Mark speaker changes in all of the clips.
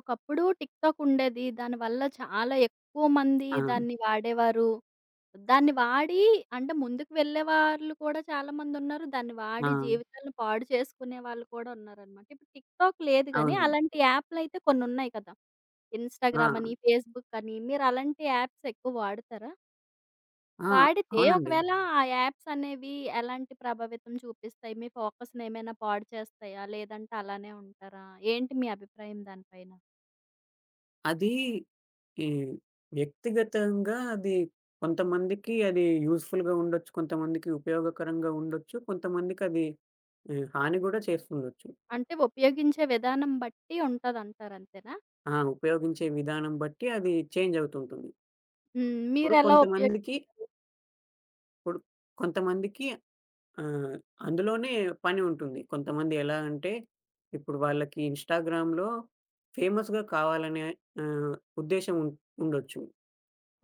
Speaker 1: ఒకప్పుడు టిక్‌టాక్ ఉండేది. దానివల్ల చాలా ఎక్కువ మంది
Speaker 2: ఆ!
Speaker 1: దాన్ని వాడేవారు. దాన్ని వాడి అంటే ముందుకు వెళ్ళేవాళ్ళు కూడా చాలామందున్నారు. దాన్ని
Speaker 2: ఆ!
Speaker 1: వాడి జీవితాలను పాడు చేసుకునే వాళ్ళు కూడా ఉన్నారనమాట. ఇప్పుడు టిక్‌టాక్ లేదు గానీ,
Speaker 2: అవును.
Speaker 1: అలాంటి యాప్‌లయితే కొన్నున్నాయి కదా!
Speaker 2: ఆ!
Speaker 1: ఇన్‌స్టాగ్రామ్ అని, ఫేస్‌బుక్ అని మీరలాంటి యాప్స్ ఎక్కువ వాడతారా?
Speaker 2: ఆ!
Speaker 1: వాడితే
Speaker 2: అవునండి.
Speaker 1: ఒకవేళ ఆ యాప్స్ అనేవి ఎలాంటి ప్రభావితం చూపిస్తాయి? మీ ఫోకస్‌నేమైనా పాడు చేస్తాయా? లేదంటే అలానే ఉంటారా? ఏంటి మీ అభిప్రాయం దానిపైన?
Speaker 2: అది ఈ వ్యక్తిగతంగా అది కొంతమందికి అది యూజ్‌ఫుల్‌గా ఉండొచ్చు. కొంతమందికి ఉపయోగకరంగా ఉండొచ్చు. కొంతమందికి అది హాని గూడా చేస్తుండొచ్చు.
Speaker 1: అంటే ఉపయోగించే విధానం బట్టి ఉంటదంటారు అంతేనా?
Speaker 2: ఆ! ఉపయోగించే విధానం బట్టి అది చేంజ్ అవుతుంటుంది.
Speaker 1: హ్మ్.
Speaker 2: ఇప్పుడు
Speaker 1: మీరెలా
Speaker 2: కొంతమందికి
Speaker 1: ఉపయోగిస్తారు?
Speaker 2: ఇప్పుడు కొంతమందికి ఆహ్, అందులోనే పని ఉంటుంది. కొంతమంది ఎలా అంటే ఇప్పుడు వాళ్ళకి ఇన్‌స్టాగ్రామ్‌లో ఫేమస్‌గా కావాలనే ఆహ్, ఉద్దేశ్యం ఉండొచ్చు.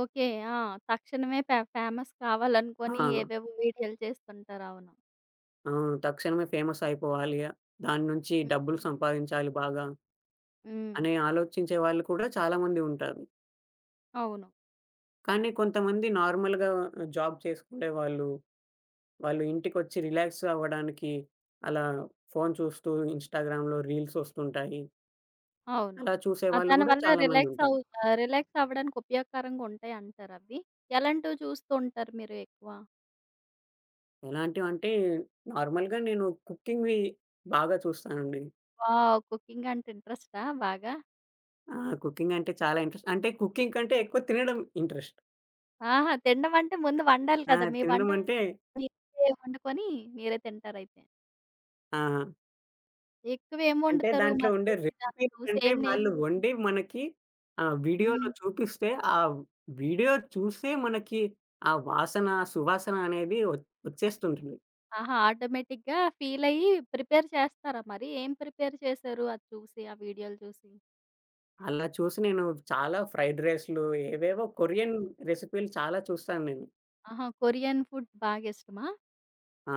Speaker 1: ఓకే. ఆ! తక్షణమే ఫేమస్
Speaker 2: ఆ!
Speaker 1: కావాలనుకోని ఏవేవో వీడియోలు చేస్తుంటారు. అవును.
Speaker 2: అవును. తక్షణమే ఫేమస్ అయిపోవాలి. దాని నుంచి
Speaker 1: హ్మ్.
Speaker 2: డబ్బులు సంపాదించాలి బాగా
Speaker 1: హ్మ్.
Speaker 2: అనే ఆలోచించే వాళ్ళు కూడా చాలామంది ఉంటారు.
Speaker 1: అవును.
Speaker 2: కానీ కొంతమంది నార్మల్‌గా జాబ్ చేసుకునే వాళ్ళు, వాళ్ళు ఇంటికొచ్చి రిలాక్స్ అవ్వడానికి అలా ఫోన్ చూస్తూ ఇన్‌స్టాగ్రామ్‌లో రీల్స్ వస్తుంటాయి.
Speaker 1: అవును.
Speaker 2: అలా
Speaker 1: ఆ!
Speaker 2: చూసేవాళ్ళు కూడా
Speaker 1: దానివల్ల
Speaker 2: చాలామంది
Speaker 1: రిలాక్స్
Speaker 2: ఉంటారు.
Speaker 1: అవు ఆహ్, రిలాక్స్ అవ్వడానికి ఉపయోగకరంగా ఉంటాయంటారా అవి? ఎలాంటివి చూస్తూ ఉంటారు మీరు ఎక్కువ?
Speaker 2: ఎలాంటివంటే నార్మల్‌గా నేను కుకింగ్‌వి బాగా చూస్తానండి.
Speaker 1: వావ్! కుకింగ్ అంటే ఇంట్రెస్టా బాగా?
Speaker 2: ఆ! కుకింగ్ అంటే చాలా ఇంట్రెస్ట్. అంటే కుకింగ్ కంటే ఎక్కువ
Speaker 1: హ్మ్.
Speaker 2: తినడం ఇంట్రెస్ట్.
Speaker 1: ఆహా! తినడం అంటే ముందు వండాలి
Speaker 2: ఆ!
Speaker 1: కదా! మీ
Speaker 2: తినడం
Speaker 1: వంట
Speaker 2: అంటే
Speaker 1: మీరే వండుకొని మీరే తింటారైతే.
Speaker 2: ఆ!
Speaker 1: ఎక్కువేం
Speaker 2: అంటే
Speaker 1: వండుతారు?
Speaker 2: దాంట్లో
Speaker 1: మరి
Speaker 2: ఉండే
Speaker 1: చూసి దాన్ని
Speaker 2: రెసిపీల
Speaker 1: చూసి
Speaker 2: కంటే
Speaker 1: ఏం నేర్చు
Speaker 2: వాళ్ళు వండి మనకి వీడియోలో
Speaker 1: హ్మ్.
Speaker 2: చూపిస్తే, ఆ వీడియో చూసే మనకి ఆ వాసన, సువాసన అనేది వచ్చేస్తుంటుంది.
Speaker 1: ఆహా! ఆటోమేటిక్‌గా ఫీలయ్యి ప్రిపేర్ చేస్తారా మరి? ఏం ప్రిపేర్ చేశారు అది చూసి, ఆ వీడియోలు చూసి?
Speaker 2: అలా చూసి నేను చాలా ఫ్రైడ్ రైస్‌లు ఏవేవో కొరియన్ రెసిపీలు చాలా చూస్తాను నేను.
Speaker 1: ఆహా! కొరియన్ ఫుడ్ బాగా ఇష్టమా?
Speaker 2: ఆ!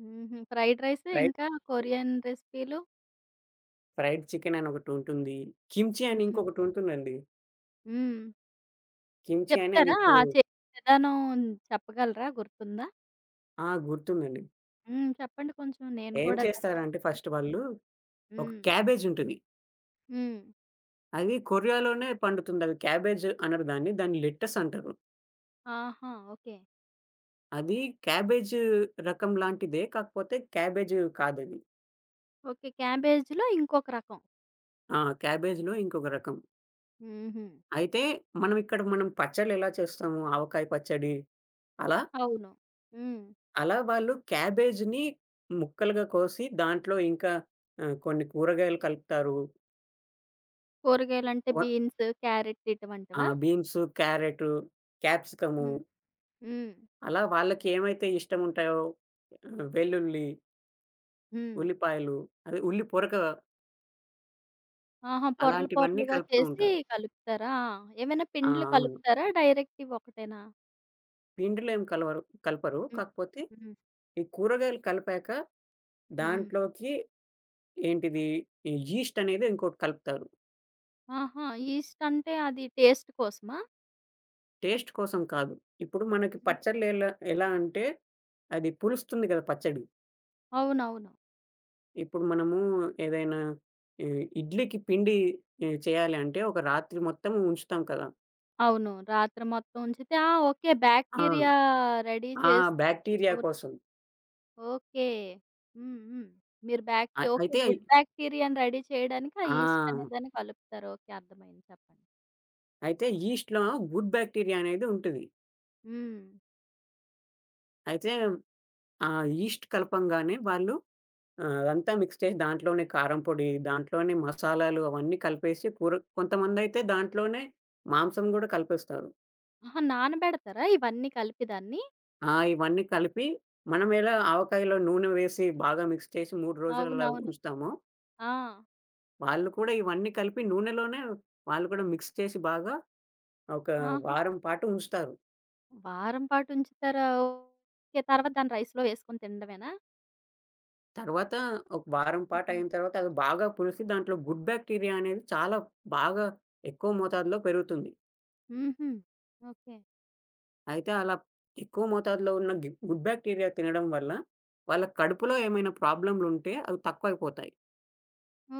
Speaker 1: హుహు. ఫ్రైడ్ రైస్
Speaker 2: ఫ్రైడ్
Speaker 1: ఇంకా కొరియన్ రెసిపీలు?
Speaker 2: ఫ్రైడ్ చికెన్ అని ఒకటుంటుంది. కిమ్చి అని
Speaker 1: హుహు.
Speaker 2: ఇంకొకటుంటుందండి.
Speaker 1: హ్మ్.
Speaker 2: కిమ్చి అని అది
Speaker 1: చెప్తారా?
Speaker 2: ఇప్పుడు
Speaker 1: ఆ చేసే విధానం చెప్పగలరా? గుర్తుందా?
Speaker 2: ఆ! గుర్తుందండి.
Speaker 1: హ్మ్. చెప్పండి కొంచెం నేను
Speaker 2: ఏం
Speaker 1: కూడా ట్రై
Speaker 2: చేస్తారంటే
Speaker 1: చేస్తాను.
Speaker 2: ఫస్ట్ వాళ్ళు ఒక
Speaker 1: హ్మ్.
Speaker 2: క్యాబేజ్ ఉంటుంది.
Speaker 1: హ్మ్.
Speaker 2: అది కొరియాలోనే పండుతుంది. అది క్యాబేజ్ అనరు దాన్ని. దాన్ని లెట్టస్ అంటారు.
Speaker 1: ఆహా! ఓకే.
Speaker 2: అది క్యాబేజ్ రకం లాంటిదే. కాకపోతే క్యాబేజ్ కాదది.
Speaker 1: ఓకే. క్యాబేజ్‌లో ఇంకొక రకం.
Speaker 2: ఆ! క్యాబేజ్‌లో ఇంకొక రకం.
Speaker 1: హుహు.
Speaker 2: అయితే మనం ఇక్కడ మనం పచ్చళ్ళెలా చేస్తాము? ఆవకాయ పచ్చడి అలా,
Speaker 1: అవును. హ్మ్.
Speaker 2: అలా, వాళ్ళు క్యాబేజ్‌ని ముక్కలుగా కోసి దాంట్లో ఇంకా కొన్ని కూరగాయలు కలుపుతారు.
Speaker 1: కూరగాయలంటే
Speaker 2: వ
Speaker 1: బీన్స్, క్యారెట్
Speaker 2: ఆ!
Speaker 1: ఇటువంటివా?
Speaker 2: బీన్స్, క్యారట్, క్యాప్సికము
Speaker 1: హ్మ్. హ్మ్.
Speaker 2: అలా వాళ్ళకేమైతే ఇష్టముంటాయో వెల్లుల్లి,
Speaker 1: హ్మ్.
Speaker 2: ఉల్లిపాయలు అదే ఉల్లి పొరక
Speaker 1: ఆహా! పొరలు
Speaker 2: అలాంటివన్నీ
Speaker 1: పొరలుగా
Speaker 2: కలుపుతూ
Speaker 1: చేసి
Speaker 2: ఉంటారు.
Speaker 1: కలుపుతారా? ఆ! ఏమైనా
Speaker 2: ఆ!
Speaker 1: పిండ్లు
Speaker 2: అవును.
Speaker 1: కలుపుతారా? డైరెక్ట్ ఇవొకటేనా?
Speaker 2: పిండిలో ఏం కలపరు.
Speaker 1: హ్మ్.
Speaker 2: కాకపోతే
Speaker 1: హ్మ్.
Speaker 2: ఈ కూరగాయలు కలిపాక
Speaker 1: హ్మ్.
Speaker 2: దాంట్లోకి ఏంటిది ఈ యీస్ట్ అనేది ఇంకోటి కలుపుతారు.
Speaker 1: ఆహా! ఈస్ట్ అంటే అది టేస్ట్ కోసమా?
Speaker 2: టేస్ట్ కోసం కాదు. ఇప్పుడు మనకి
Speaker 1: హ్మ్.
Speaker 2: పచ్చళ్ళు ఎలా ఎలా అంటే అది పులుస్తుంది కదా పచ్చడి.
Speaker 1: అవునవును.
Speaker 2: ఇప్పుడు మనము ఏదైనా ఈ ఇడ్లీకి పిండి చేయాలి అంటే ఒక రాత్రి మొత్తం ఉంచుతాం కదా!
Speaker 1: అవును. రాత్రి మొత్తం ఉంచితే ఆ! ఓకే.
Speaker 2: ఆ!
Speaker 1: బ్యాక్టీరియా రెడీ
Speaker 2: ఆ!
Speaker 1: చేస్తది.
Speaker 2: బాక్టీరియా
Speaker 1: అవును.
Speaker 2: కోసం.
Speaker 1: ఓకే. హ్మ్. హ్మ్. మీరు
Speaker 2: అ
Speaker 1: ఓకే.
Speaker 2: అయితే
Speaker 1: గుడ్ బ్యాక్టీరియాని రెడీ చేయడానికి ఆ ఈస్ట్
Speaker 2: ఆ!
Speaker 1: అనేదాన్ని కలుపుతారు. ఓకే. అర్థమైంది చెప్పండి.
Speaker 2: అయితే యీస్ట్‌లో గుడ్ బాక్టీరియా అనేది ఉంటది.
Speaker 1: హ్మ్.
Speaker 2: అయితే ఆ ఈస్ట్ కలపంగానే వాళ్ళు అదంతా మిక్స్ చేసి దాంట్లోనే కారం పొడి, దాంట్లోనే మసాలాలు అవన్నీ కలిపేసి కూర కొంతమందైతే దాంట్లోనే మాంసం గూడా కలిపేస్తారు.
Speaker 1: ఆహా! నానబెడతారా ఇవన్నీ కలిపి దాన్ని?
Speaker 2: ఆ! ఇవన్నీ కలిపి మనం ఎలా ఆవకాయలో నూనె వేసి బాగా మిక్స్ చేసి 3 రోజులు అలా
Speaker 1: అవునవును.
Speaker 2: ఉంచుతామో,
Speaker 1: ఆ!
Speaker 2: వాళ్ళు కూడా ఇవన్నీ కలిపి నూనెలోనే వాళ్ళు కూడా మిక్స్ చేసి బాగా ఒక
Speaker 1: ఆహా!
Speaker 2: వారం పాటు ఉంచుతారు.
Speaker 1: వారం పాటు ఉంచుతారా? ఓకే. తర్వాత దాన్ని రైస్‌లో వేసుకొని తినడమేనా?
Speaker 2: తర్వాత ఒక వారం పాటు
Speaker 1: హ్మ్.
Speaker 2: అయిన తర్వాత అది బాగా పులిసి దాంట్లో గుడ్ బాక్టీరియా అనేది చాలా బాగా ఎక్కువ మోతాదులో పెరుగుతుంది.
Speaker 1: హుహు. ఓకే.
Speaker 2: అయితే అలా ఎక్కువ మోతాదులో ఉన్న గుడ్ బాక్టీరియా తినడం వల్ల వాళ్ళ కడుపులో ఏమైనా ప్రాబ్లమ్‌లుంటే అవి తక్కువైపోతాయి.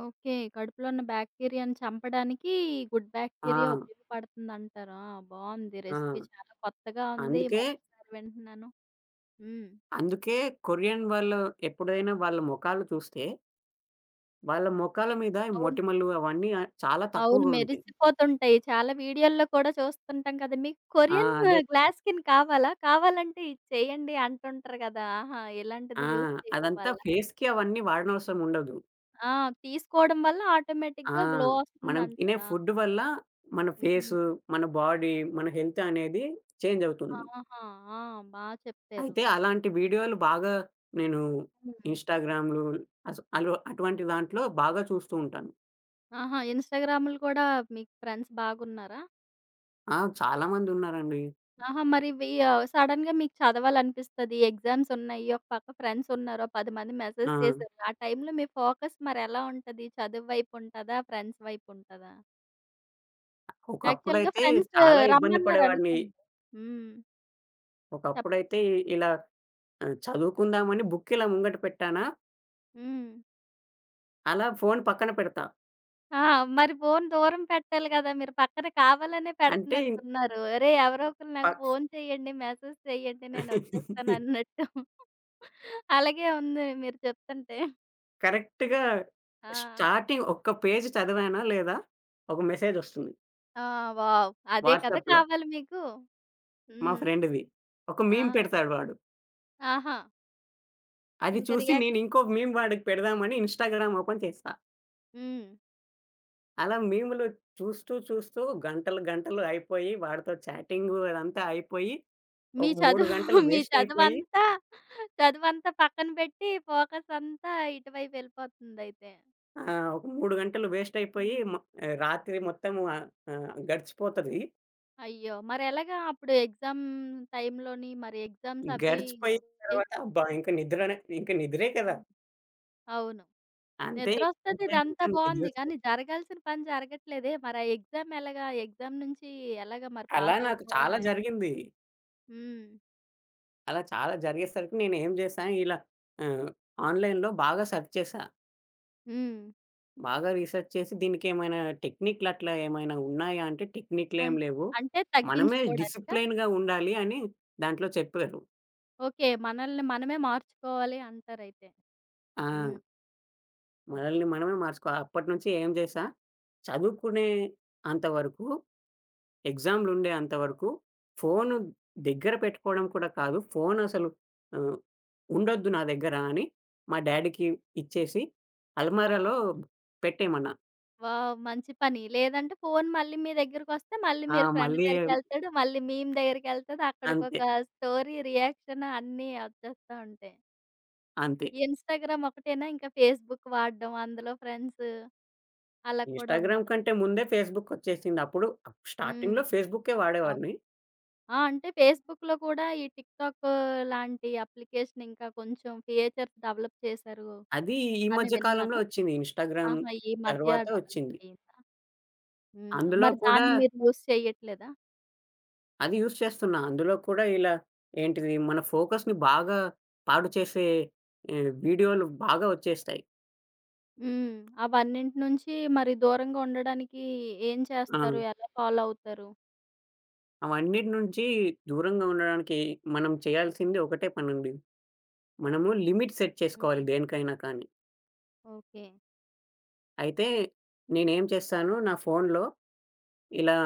Speaker 1: ఓకే. కడుపులో ఉన్న బ్యాక్టీరియాని చంపడానికి గుడ్
Speaker 2: ఆ!
Speaker 1: బ్యాక్టీరియా ఉపయోగపడుతుందంటారు. ఆ! బావుంది
Speaker 2: ఆ!
Speaker 1: రెసిపీ చాలా కొత్తగా ఉంది.
Speaker 2: అందుకే,
Speaker 1: మొదటిసారి వింటున్నాను. హ్మ్.
Speaker 2: అందుకే కొరియన్ వాళ్ళు ఎప్పుడైనా వాళ్ళ మొఖాలు చూస్తే వాళ్ళ మొఖాల మీద ఈ
Speaker 1: అవును.
Speaker 2: మొటిమలు అవన్నీ చాలా
Speaker 1: అవును.
Speaker 2: తక్కువగా ఉంటాయి.
Speaker 1: మెరిసిపోతుంటాయి. చాలా వీడియోల్లో కూడా చూస్తుంటాం కదా! మీకు
Speaker 2: ఆ!
Speaker 1: కొరియన్
Speaker 2: అదే.
Speaker 1: గ్లాస్ స్కిన్ కావాలా? కావాలంటే ఇది చేయండి అంటుంటారు కదా! ఆహా!
Speaker 2: ఆ!
Speaker 1: ఇలాంటిది యూజ్ చేయడం
Speaker 2: అదంతా
Speaker 1: వల్ల
Speaker 2: ఫేస్‌కి అవన్నీ వాడనవసరం ఉండదు.
Speaker 1: ఆ! తీసుకోవడం వల్ల
Speaker 2: ఆ!
Speaker 1: ఆటోమేటిక్‌గా గ్లో
Speaker 2: మనం తినే
Speaker 1: వస్తుందంటారా?
Speaker 2: ఫుడ్ వల్ల మన
Speaker 1: హ్మ్.
Speaker 2: ఫేసు, మన బాడీ, మన హెల్త్ అనేది చేంజ్ అవుతుంది.
Speaker 1: ఆహా! ఆ! బా చెప్పారు.
Speaker 2: అయితే అలాంటి వీడియోలు బాగా నేను
Speaker 1: హ్మ్.
Speaker 2: ఇన్‌స్టాగ్రామ్‌లు అస అలో అటువంటి దాంట్లో బాగా చూస్తూ ఉంటాను.
Speaker 1: ఆహా! ఇన్‌స్టాగ్రామ్‌లు కూడా మీకు ఫ్రెండ్స్ బాగున్నారా?
Speaker 2: ఆ! చాలామంది ఉన్నారండి.
Speaker 1: ఆహా! మరివి సడెన్‌గా మీకు చదవాలనిపిస్తది. ఎగ్జామ్స్ ఉన్నాయి. ఒక పక్క ఫ్రెండ్స్ ఉన్నారు. ఓ 10 మంది మెసేజ్
Speaker 2: ఆ!
Speaker 1: చేశారు. ఆ టైంలో మీ ఫోకస్ మరెలా ఉంటది? చదువు వైపు ఉంటదా? ఫ్రెండ్స్ వైపు ఉంటదా? యాక్చువల్‌గా
Speaker 2: ఒకప్పుడైతే
Speaker 1: ఫ్రెండ్స్
Speaker 2: చాలా ఇబ్బంది పడేవాడిని.
Speaker 1: రమ్మన్నారనుకోండి హ్మ్. చెప్పండి.
Speaker 2: ఒకప్పుడైతే ఇలా చదువుకుందామని బుక్ ఇలా ముంగట పెట్టానా,
Speaker 1: హ్మ్.
Speaker 2: అలా ఫోను పక్కన పెడతా.
Speaker 1: ఆ! మరి ఫోను దూరం పెట్టాలి కదా! మీరు పక్కన కావాలనే
Speaker 2: అంటే ఇం-
Speaker 1: పెడుతున్నట్టున్నారు. "ఒరేయ్! ఎవరో ఒకరు
Speaker 2: ప
Speaker 1: నాకు ఫోను చేయండి. మెసేజ్ చేయండి. నేనొచ్చేస్తాను" అన్నట్టు. అలాగే ఉంది మీరు చెప్తుంటే.
Speaker 2: కరెక్ట్‌గా
Speaker 1: ఆ!
Speaker 2: స్టార్టింగ్ ఒక్క పేజ్ చదివానా లేదా, ఒక మెసేజొస్తుంది
Speaker 1: ఆ! వావ్! అదే కదా
Speaker 2: వాట్సాప్‌లో
Speaker 1: కావాలి మీకు.
Speaker 2: మా
Speaker 1: హ్మ్.
Speaker 2: ఫ్రెండ్‌ది. ఒక
Speaker 1: ఆ!
Speaker 2: మీమ్ పెడతాడు వాడు.
Speaker 1: ఆహా!
Speaker 2: అది
Speaker 1: ఇంక
Speaker 2: చూసి
Speaker 1: రియాక్ట్
Speaker 2: నేను ఇంకో మీమ్ వాడికి పెడదామని ఇన్‌స్టాగ్రామ్ ఓపెన్ చేస్తా.
Speaker 1: హ్మ్.
Speaker 2: అలా మీమ్‌లు చూస్తూ, చూస్తూ గంటలు, గంటలు అయిపోయి వాడితో చాటింగు అదంతా అయిపోయి,
Speaker 1: మీ
Speaker 2: ఒక 3
Speaker 1: చదువు
Speaker 2: గంటలు
Speaker 1: మీ
Speaker 2: వేస్ట్ అయిపోయి
Speaker 1: చదువంతా చదువంతా పక్కన పెట్టి ఫోకస్ అంతా ఇటువైపు వెళ్ళిపోతుందయితే.
Speaker 2: ఆ! ఒక 3 గంటలు వేస్ట్ అయిపోయి
Speaker 1: హ్మ్.
Speaker 2: రాత్రి మొత్తం ఆహ్, ఆహ్, గడిచిపోతది.
Speaker 1: అయ్యో! మరెలాగా అప్పుడు ఎగ్జామ్ టైమ్‌లోని మరి ఎగ్జామ్స్ అవి
Speaker 2: గడిచిపోయిన
Speaker 1: ఎ
Speaker 2: తర్వాత అబ్బా! ఇంక నిద్రే కదా!
Speaker 1: హ్మ్. అవును.
Speaker 2: అంతే.
Speaker 1: నిద్రొస్తది
Speaker 2: ఇంకా ఇంకా
Speaker 1: ఇదంతా
Speaker 2: నీకు
Speaker 1: బావుంది.
Speaker 2: తెలుస్తాయి.
Speaker 1: కానీ జరగాల్సిన పని జరగట్లేదే. మరి ఆ ఎగ్జామ్ ఎలాగా? ఎగ్జామ్ నుంచి ఎలాగా మరి
Speaker 2: అలా నాకు
Speaker 1: పాసవుతారా
Speaker 2: చాలా
Speaker 1: ఎలా?
Speaker 2: జరిగింది.
Speaker 1: హ్మ్.
Speaker 2: అలా చాలా జరిగేసరికి నేనేం చేశా, ఇలా ఆహ్, ఆన్‌లైన్‌లో బాగా సెర్చ్ చేశా.
Speaker 1: హ్మ్.
Speaker 2: బాగా రీసెర్చ్ చేసి దీనికేమైనా టెక్నిక్‌లట్లా ఏమైనా ఉన్నాయా అంటే,
Speaker 1: అం
Speaker 2: టెక్నిక్‌లేం లేవు.
Speaker 1: అంటే
Speaker 2: మనమే
Speaker 1: తగ్గించుకోడానికా?
Speaker 2: డిసిప్లైన్‌గా ఉండాలి అని దాంట్లో చెప్పారు.
Speaker 1: ఓకే. మనల్ని మనమే మార్చుకోవాలి అంటారైతే.
Speaker 2: ఆ!
Speaker 1: హ్మ్. ఓకే.
Speaker 2: మనల్ని మనమే మార్చుకో అప్పటినుంచి ఏం చేశా, చదువుకునే అంత వరకు, ఎగ్జామ్‌లుండే అంత వరకు ఫోను దగ్గర పెట్టుకోవడం కూడా కాదు. ఫోనసలు ఆహ్, ఉండొద్దు నా దగ్గర అని మా డ్యాడీకి ఇచ్చేసి,
Speaker 1: ఆహా!
Speaker 2: అల్మారాలో పెట్టేయమన్నా.
Speaker 1: వావ్! మంచి పని. లేదంటే ఫోను మళ్ళీ మీ దగ్గరకొస్తే మళ్ళీ
Speaker 2: ఆ!
Speaker 1: మీరు ఫ్రెండ్
Speaker 2: మళ్ళీ
Speaker 1: దగ్గరికెళ్తాడు. మళ్ళీ మీమ్ దగ్గరికెళ్తది.
Speaker 2: అంతే.
Speaker 1: అక్కడికొక స్టోరీ, రియాక్షన్ అన్నీ వచ్చేస్తా ఉంటాయి.
Speaker 2: అంతే.
Speaker 1: ఇన్‌స్టాగ్రామ్ ఒకటేనా ఇంకా ఫేస్‌బుక్ వాడడం, అందులో ఫ్రెండ్స్ అలా కూడా
Speaker 2: ఇన్‌స్టాగ్రామ్
Speaker 1: ఉన్నదా?
Speaker 2: కంటే ముందే ఫేస్‌బుకొచ్చేసింది. అప్పుడు
Speaker 1: హ్మ్.
Speaker 2: స్టార్టింగ్‌లో ఫేస్‌బుక్కే
Speaker 1: అవును.
Speaker 2: వాడేవాడిని.
Speaker 1: ఆ! అంటే ఫేస్‌బుక్‌లో కూడా ఈ టిక్‌టాక్ లాంటి అప్లికేషన్ ఇంకా కొంచెం ఫీచర్స్ డెవలప్ చేశారు.
Speaker 2: అది ఈ
Speaker 1: అని
Speaker 2: మధ్య కాలంలో
Speaker 1: విన్నాను.
Speaker 2: వచ్చింది. ఇన్‌స్టాగ్రామ్
Speaker 1: ఆహా! ఈ మధ్య
Speaker 2: తర్వాత
Speaker 1: డెవలప్
Speaker 2: వచ్చింది.
Speaker 1: అయిందా? హ్మ్.
Speaker 2: అందులో
Speaker 1: మరి
Speaker 2: కూడా
Speaker 1: దాన్ని మీరు యూజ్ చేయట్లేదా?
Speaker 2: అది యూజ్ చేస్తున్నా. అందులో కూడా ఇలా మన ఫోకస్‌ని బాగా పాడు చేసే వీడియోలు బాగా వచ్చేస్తాయి.
Speaker 1: హ్మ్. అవన్నింటి నుంచి మరి దూరంగా ఉండడానికి ఏం
Speaker 2: ఆ!
Speaker 1: చేస్తారు? ఎలా ఫాలో అవుతారు?
Speaker 2: అవన్నిటి నుంచి దూరంగా ఉండడానికి మనం చేయాల్సింది ఒకటే పనండి. మనము లిమిట్ సెట్ చేసుకోవాలి
Speaker 1: హ్మ్.
Speaker 2: దేనికైనా కానీ.
Speaker 1: ఓకే.
Speaker 2: అయితే నేనేం చేస్తాను నా ఫోన్‌లో ఇలా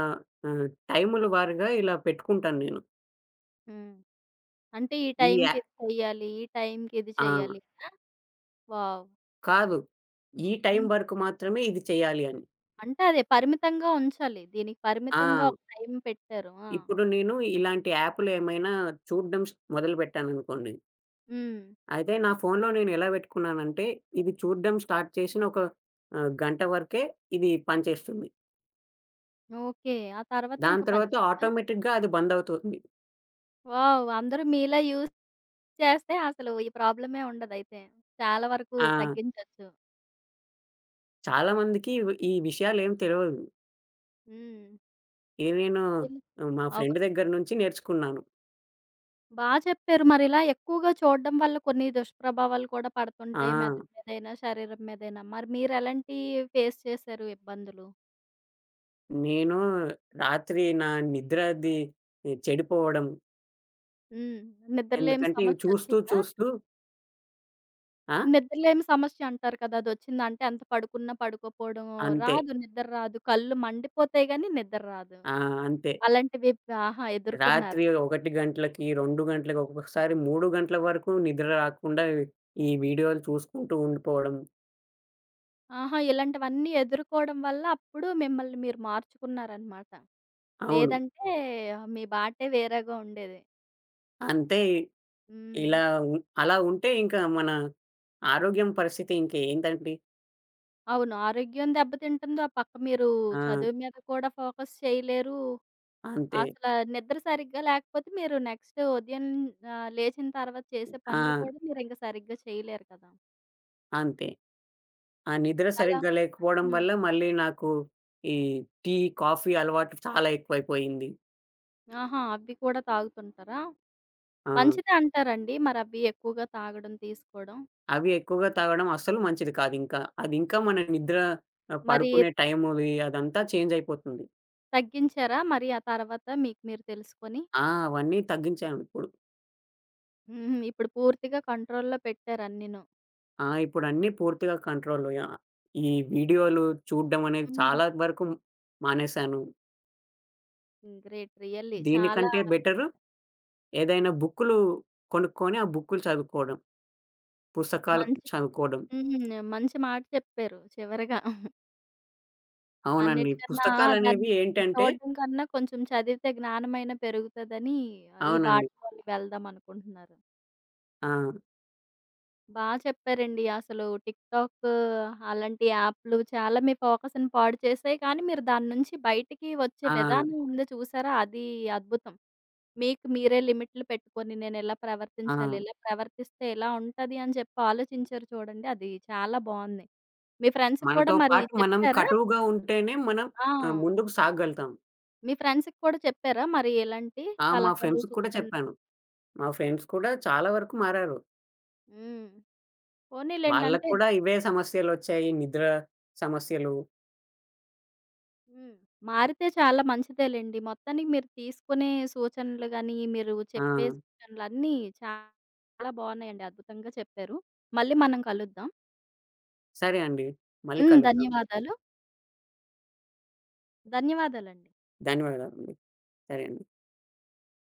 Speaker 2: ఆహ్, టైముల వారీగా ఇలా పెట్టుకుంటాను నేను.
Speaker 1: హ్మ్. అంటే ఈ
Speaker 2: ఈ యా
Speaker 1: టైంకి ఇది చెయ్యాలి. ఈ టైంకి ఇది
Speaker 2: ఆ!
Speaker 1: చెయ్యాలి కదా! వావ్!
Speaker 2: కాదు. ఈ టైం
Speaker 1: హ్మ్.
Speaker 2: వరకు మాత్రమే ఇది చేయాలి అని.
Speaker 1: అంటే అదే పరిమితంగా ఉంచాలి. దీనికి పరిమితంగా
Speaker 2: ఆ!
Speaker 1: ఒక టైం పెట్టారు. ఆ!
Speaker 2: ఇప్పుడు నేను ఇలాంటి యాప్‌లు ఏమైనా చూడడం మొదలుపెట్టాననుకోండి.
Speaker 1: హ్మ్.
Speaker 2: అయితే నా ఫోన్‌లో నేను ఎలా పెట్టుకున్నానంటే, ఇది చూడడం స్టార్ట్ చేసిన ఒక గంట వరకే ఇది పనిచేస్తుంది.
Speaker 1: ఓకే. ఆ తర్వాత
Speaker 2: దాని
Speaker 1: ఇంకా పని
Speaker 2: తర్వాత
Speaker 1: చేయదా?
Speaker 2: ఆటోమేటిక్‌గా అది బంద్ అవుతుంది.
Speaker 1: వావ్! అందరూ మీలా యూజ్ చేస్తే అసలు ఈ ప్రాబ్లమే ఉండదయితే. చాలా వరకు
Speaker 2: ఆ!
Speaker 1: తగ్గించొచ్చు.
Speaker 2: చాలామందికి ఈ విషయాలేం తెలవదు.
Speaker 1: హ్మ్.
Speaker 2: ఇది నేను
Speaker 1: ఇల్
Speaker 2: మా ఫ్రెండ్
Speaker 1: అవును.
Speaker 2: దగ్గర నుంచి నేర్చుకున్నాను.
Speaker 1: బా చెప్పారు. మరిలా ఎక్కువగా చూడడం వల్ల కొన్ని దుష్ప్రభావాలు కూడా
Speaker 2: ఆ!
Speaker 1: పడుతుంటాయి. మెదడు మీదైనా, శరీరం మీదైనా. మరి మీరెలాంటియి ఫేస్ చేశారు ఇబ్బందులు?
Speaker 2: నేను రాత్రి నా నిద్ర అది చెడిపోవడం.
Speaker 1: హ్మ్. నిద్రలేమి
Speaker 2: ఎందుకంటే ఇవి చూస్తూ
Speaker 1: సమస్యొచ్చిందా?
Speaker 2: చూస్తూ ఆ!
Speaker 1: నిద్రలేమి సమస్య అంటారు కదా! అదొచ్చిందా? అంటే ఎంత పడుకున్నా పడుకోపోవడం
Speaker 2: అంతే.
Speaker 1: రాదు. నిద్ర రాదు. కళ్ళు మండిపోతాయి గానీ నిద్ర రాదు.
Speaker 2: ఆ! అంతే.
Speaker 1: అలాంటివి ఆహా!
Speaker 2: రాత్రి
Speaker 1: ఎదుర్కొన్నారా?
Speaker 2: 1 గంటలకి, 2 గంటలకి, ఒక్కొక్కసారి 3 గంటల వరకు నిద్ర రాకుండా ఈ వీడియోలు చూసుకుంటూ ఉండిపోవడం.
Speaker 1: ఆహా! ఇలాంటివన్నీ ఎదుర్కోవడం వల్ల అప్పుడు మిమ్మల్ని మీరు మార్చుకున్నారనమాట.
Speaker 2: అవును.
Speaker 1: లేదంటే మీ బాటే వేరేగా ఉండేది.
Speaker 2: అంతే
Speaker 1: హ్మ్.
Speaker 2: ఇలా ఉ అలా ఉంటే ఇంకా మన ఆరోగ్యం పరిస్థితి ఇంకేంటండి?
Speaker 1: అవును. ఆరోగ్యం దెబ్బతింటుందో, ఆ పక్క మీరు
Speaker 2: ఆ!
Speaker 1: చదువు మీద కూడా ఫోకస్ చేయలేరు.
Speaker 2: అంతే.
Speaker 1: అసల నిద్ర సరిగ్గా లేకపోతే మీరు నెక్స్ట్ ఉదయం లేచిన తర్వాత చేసే పనులు
Speaker 2: ఆ!
Speaker 1: కూడా మీరింక సరిగ్గా చేయలేరు కదా!
Speaker 2: అంతే. ఆ నిద్ర
Speaker 1: అలా
Speaker 2: సరిగ్గా లేకపోవడం
Speaker 1: హ్మ్.
Speaker 2: వల్ల మళ్ళీ నాకు ఈ టీ, కాఫీ అలవాటు చాలా ఎక్కువైపోయింది.
Speaker 1: ఆహా! అవి కూడా తాగుతుంటారా?
Speaker 2: ఆ!
Speaker 1: మంచిదే అంటారండి మరవి ఎక్కువగా తాగడం, తీసుకోవడం.
Speaker 2: అవి ఎక్కువగా తాగడం అస్సలు మంచిది కాదింకా. అదింకా మన నిద్ర
Speaker 1: మరి
Speaker 2: పడుకునే టైముది అదంతా చేంజ్ అయిపోతుంది.
Speaker 1: తగ్గించారా మరి ఆ తర్వాత మీకు మీరు తెలుసుకొని?
Speaker 2: ఆ! అవన్నీ తగ్గించానిప్పుడు.
Speaker 1: హుహు. ఇప్పుడు పూర్తిగా కంట్రోల్‌లో పెట్టారు అన్నీను.
Speaker 2: ఆ! ఇప్పుడన్నీ పూర్తిగా కంట్రోల్. యాహ్! ఈ వీడియోలు చూడ్డం అనేది
Speaker 1: హ్మ్.
Speaker 2: చాలా వరకు మానేశాను.
Speaker 1: హ్మ్. గ్రేట్. రియల్లీ చాలా
Speaker 2: దీనికంటే
Speaker 1: great.
Speaker 2: బెటరు ఏదైనా బుక్కులు కొనుక్కొని, ఆ బుక్కులు చదువుకోవడం. పుస్తకాలు
Speaker 1: మంచి
Speaker 2: చదువుకోవడం.
Speaker 1: హ్మ్. మంచి మాట చెప్పారు చివరగా.
Speaker 2: అవునండి.
Speaker 1: అన్నిటికన్నా దాన్ని
Speaker 2: పుస్తకాలనేవి ఏంటంటే
Speaker 1: చూడడం కన్నా కొంచెం చదివితే జ్ఞానమైనా పెరుగుతదని ఈ
Speaker 2: అవునండి.
Speaker 1: బాటలోనే వెళ్దాం అనుకుంటున్నారు.
Speaker 2: ఆ!
Speaker 1: బా చెప్పారండి. అసలు టిక్‌టాక్ అలాంటి యాప్‌లు చాలా మీ ఫోకస్‌ని పాడు చేసాయి. కానీ మీరు దాని నుంచి బయటికి వచ్చే
Speaker 2: ఆ!
Speaker 1: విధానం ఉంది చూసారా అది అద్భుతం. మీకు మీరే లిమిట్‌లు పెట్టుకొని నేనెలా
Speaker 2: ఆ!
Speaker 1: ప్రవర్తించాలి, ఇలా ప్రవర్తిస్తే ఎలా ఉంటది అని చెప్పి ఆలోచించారు చూడండి, అది చాలా బావుంది. మీ ఫ్రెండ్స్‌కి కూడా
Speaker 2: మనతో
Speaker 1: మరి
Speaker 2: పాటు మనం
Speaker 1: చెప్పారా?
Speaker 2: కటువుగా ఉంటేనే మనం
Speaker 1: ఆ!
Speaker 2: ముందుకు సాగలుగుతాం.
Speaker 1: మీ ఫ్రెండ్స్‌కి కూడా చెప్పారా మరి ఇలాంటి
Speaker 2: ఆ! మా
Speaker 1: సలహాలు,
Speaker 2: ఫ్రెండ్స్‌కి కూడా
Speaker 1: సూచనలు?
Speaker 2: చెప్పాను. మా ఫ్రెండ్స్ కూడా చాలా వరకు మారారు.
Speaker 1: హ్మ్. పోనీలెండి.
Speaker 2: వాళ్ళకి
Speaker 1: అంటే
Speaker 2: కూడా ఇవే సమస్యలొచ్చాయి. నిద్ర సమస్యలు.
Speaker 1: హ్మ్. మారితే చాలా మంచిదేలెండి. మొత్తానికి మీరు తీసుకునే సూచనలు గాని, మీరు
Speaker 2: ఆ!
Speaker 1: చెప్పే సూచనలన్నీ చాలా బావున్నాయండి. అద్భుతంగా చెప్పారు. మళ్ళీ మనం కలుద్దాం.
Speaker 2: సరే అండి. మళ్ళీ
Speaker 1: హ్మ్.
Speaker 2: కలుద్దాం.
Speaker 1: ధన్యవాదాలు. ధన్యవాదాలండి.
Speaker 2: ధన్యవాదాలండి. సరే అండి.